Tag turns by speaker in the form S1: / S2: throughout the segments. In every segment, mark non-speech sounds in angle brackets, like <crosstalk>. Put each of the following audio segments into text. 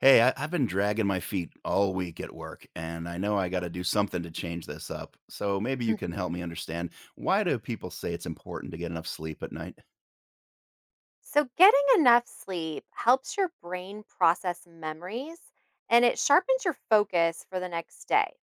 S1: Hey, I've been dragging my feet all week at work, and I know I got to do something to change this up. So maybe you can help
S2: Hmm.
S1: me understand, why do people say it's important to get enough sleep at night?
S2: So, getting enough sleep helps your brain process memories and it sharpens your focus for the next day.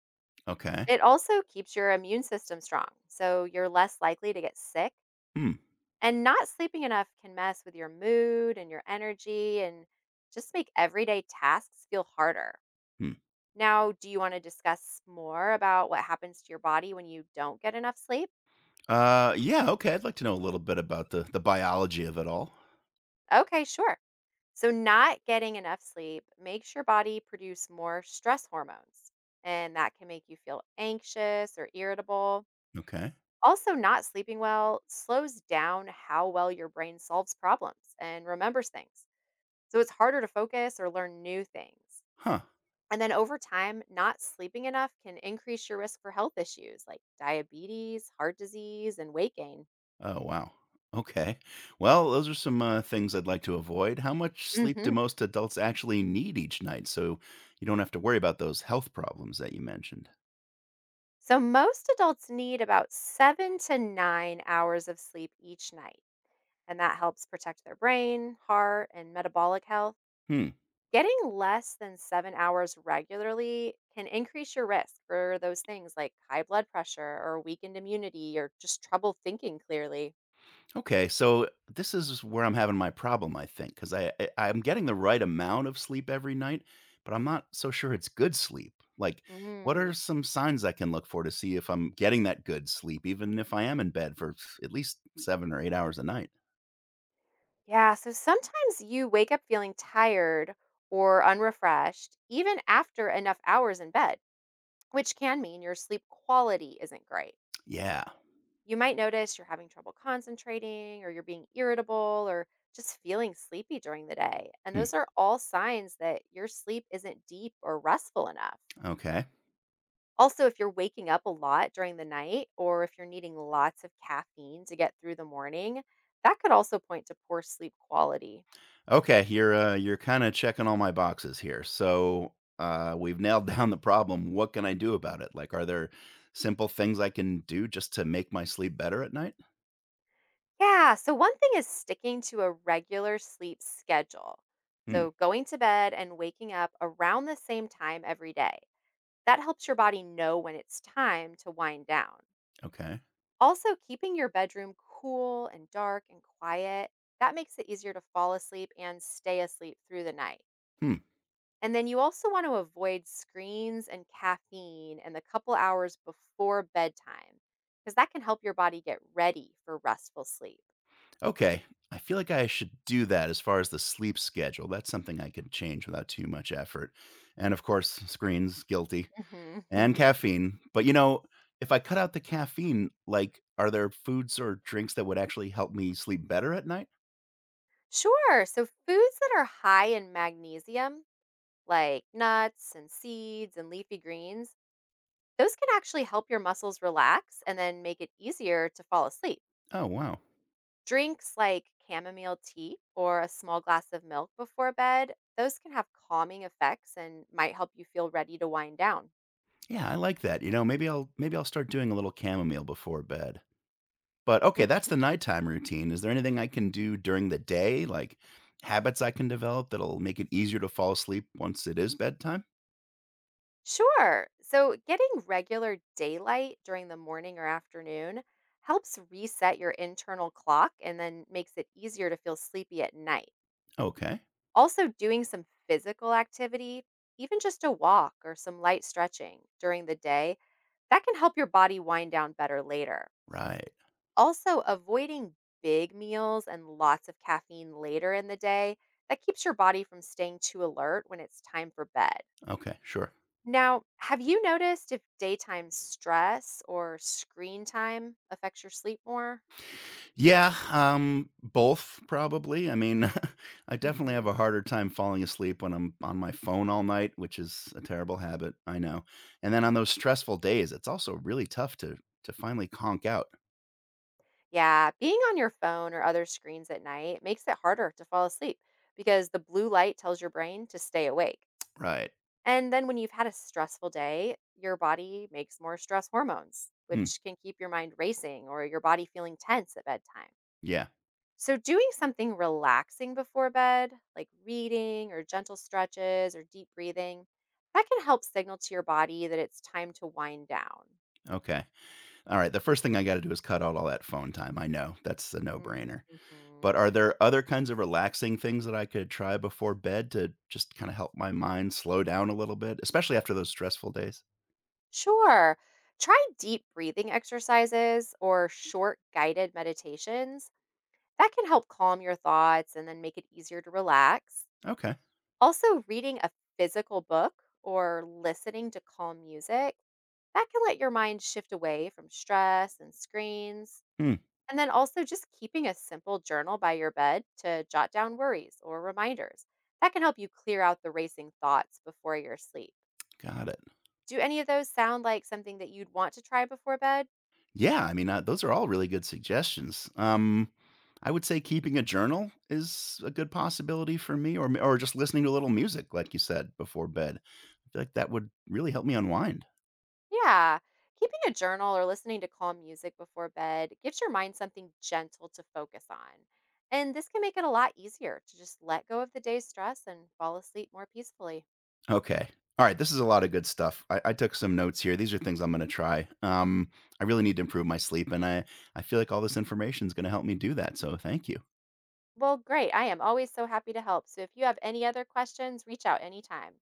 S1: Okay.
S2: It also keeps your immune system strong, so you're less likely to get sick.
S1: Hmm.
S2: And not sleeping enough can mess with your mood and your energy and just make everyday tasks feel harder.
S1: Hmm.
S2: Now, do you want to discuss more about what happens to your body when you don't get enough sleep?
S1: Yeah. Okay. I'd like to know a little bit about the biology of it all.
S2: Okay, sure. So, not getting enough sleep makes your body produce more stress hormones, and that can make you feel anxious or irritable.
S1: Okay.
S2: Also, not sleeping well slows down how well your brain solves problems and remembers things. So, it's harder to focus or learn new things.
S1: Huh.
S2: And then over time, not sleeping enough can increase your risk for health issues like diabetes, heart disease, and weight gain.
S1: Oh, wow. Okay. Well, those are some things I'd like to avoid. How much sleep do
S2: Mhm.
S1: most adults actually need each night? So you don't have to worry about those health problems that you mentioned.
S2: So, most adults need about 7 to 9 hours of sleep each night and that helps protect their brain, heart, and metabolic health.
S1: Hmm.
S2: Getting less than 7 hours regularly can increase your risk for those things like high blood pressure or weakened immunity or just trouble thinking clearly.
S1: Okay, so this is where I'm having my problem, I think, because I'm getting the right amount of sleep every night, but I'm not so sure it's good sleep. Like, what are
S2: Mm.
S1: some signs I can look for to see if I'm getting that good sleep, even if I am in bed for at least 7 or 8 hours a night?
S2: Yeah, so sometimes you wake up feeling tired or unrefreshed even after enough hours in bed, which can mean your sleep quality isn't great.
S1: Yeah.
S2: You might notice you're having trouble concentrating, or you're being irritable, or just feeling sleepy during the day. And
S1: Hmm.
S2: those are all signs that your sleep isn't deep or restful enough.
S1: Okay.
S2: Also, if you're waking up a lot during the night, or if you're needing lots of caffeine to get through the morning, that could also point to poor sleep quality.
S1: Okay. You're kind of checking all my boxes here. So we've nailed <laughs> down the problem. What can I do about it? Like, are there simple things I can do just to make my sleep better at night?
S2: Yeah, so one thing is sticking to a regular sleep schedule.
S1: Hmm.
S2: So, going to bed and waking up around the same time every day. That helps your body know when it's time to wind down.
S1: Okay.
S2: Also, keeping your bedroom cool and dark and quiet, that makes it easier to fall asleep and stay asleep through the night.
S1: Hmm.
S2: And then you also want to avoid screens and caffeine and the couple hours before bedtime because that can help your body get ready for restful sleep.
S1: Okay. I feel like I should do that as far as the sleep schedule. That's something I could change without too much effort. And of course, screens, guilty,
S2: Mhm.
S1: and
S2: Mhm.
S1: caffeine. But you know, if I cut out the caffeine, like, are there foods or drinks that would actually help me sleep better at night?
S2: Sure. So, foods that are high in magnesium, like nuts and seeds and leafy greens, those can actually help your muscles relax and then make it easier to fall asleep.
S1: Oh, wow.
S2: Drinks like chamomile tea or a small glass of milk before bed, those can have calming effects and might help you feel ready to wind down.
S1: Yeah, I like that. You know, maybe I'll start doing a little chamomile before bed. But okay,
S2: Mm.
S1: that's the nighttime routine. Is there anything I can do during the day, like habits I can develop that'll make it easier to fall asleep once it is bedtime?
S2: Sure. So, getting regular daylight during the morning or afternoon helps reset your internal clock and then makes it easier to feel sleepy at night.
S1: Okay.
S2: Also, doing some physical activity, even just a walk or some light stretching during the day, that can help your body wind down better later.
S1: Right.
S2: Also, avoiding big meals and lots of caffeine later in the day, that keeps your body from staying too alert when it's time for bed.
S1: Okay, sure.
S2: Now, have you noticed if daytime stress or screen time affects your sleep more?
S1: Yeah, both probably. I mean, <laughs> I definitely have a
S2: Mhm.
S1: harder time falling asleep when I'm on my phone all night, which is a terrible habit, I know. And then on
S2: Mm.
S1: those stressful days, it's also really tough to finally conk out.
S2: Yeah, being on your phone or other screens at night makes it harder to fall asleep because the blue light tells your brain to stay awake.
S1: Right.
S2: And then when you've had a stressful day, your body makes more stress hormones,
S1: Hmm.
S2: which can keep your mind racing or your body feeling tense at bedtime.
S1: Yeah.
S2: So, doing something relaxing before bed, like reading or gentle stretches or deep breathing, that can help signal to your body that it's time to wind down.
S1: Okay. All right. The first thing I got to do is cut out all that phone time. I know that's a no
S2: Mm.
S1: brainer.
S2: Mhm.
S1: But are there other kinds of relaxing things that I could try before bed to just kind of help my mind slow down a little bit, especially after those stressful days?
S2: Sure. Try deep breathing exercises or short guided meditations. That can help calm your thoughts and then make it easier to relax.
S1: Okay.
S2: Also, reading a physical book or listening to calm music, that can let your mind shift away from stress and screens.
S1: Hmm,
S2: And then also just keeping a simple journal by your bed to jot down worries or reminders. That can help you clear out the racing thoughts before your sleep.
S1: got it.
S2: Do any of those sound like something that you'd want to try before bed?
S1: Yeah, I mean, those are all really good suggestions. I would say keeping a journal is a good possibility for me, or just listening to a little music, like you said, before bed. I feel like that would really help me unwind.
S2: Yeah. Keeping a journal or listening to calm music before bed gives your mind something gentle to focus on. And this can make it a lot easier to just let go of the day's stress and fall asleep more peacefully.
S1: Okay. All right. This is a lot of good stuff. I took some notes here. These are things I'm going to try. I really need to improve my sleep, and I feel like all this information is going to help me do that. So thank you.
S2: Well, great. I am always so happy to help. So if you have any other questions, reach out anytime.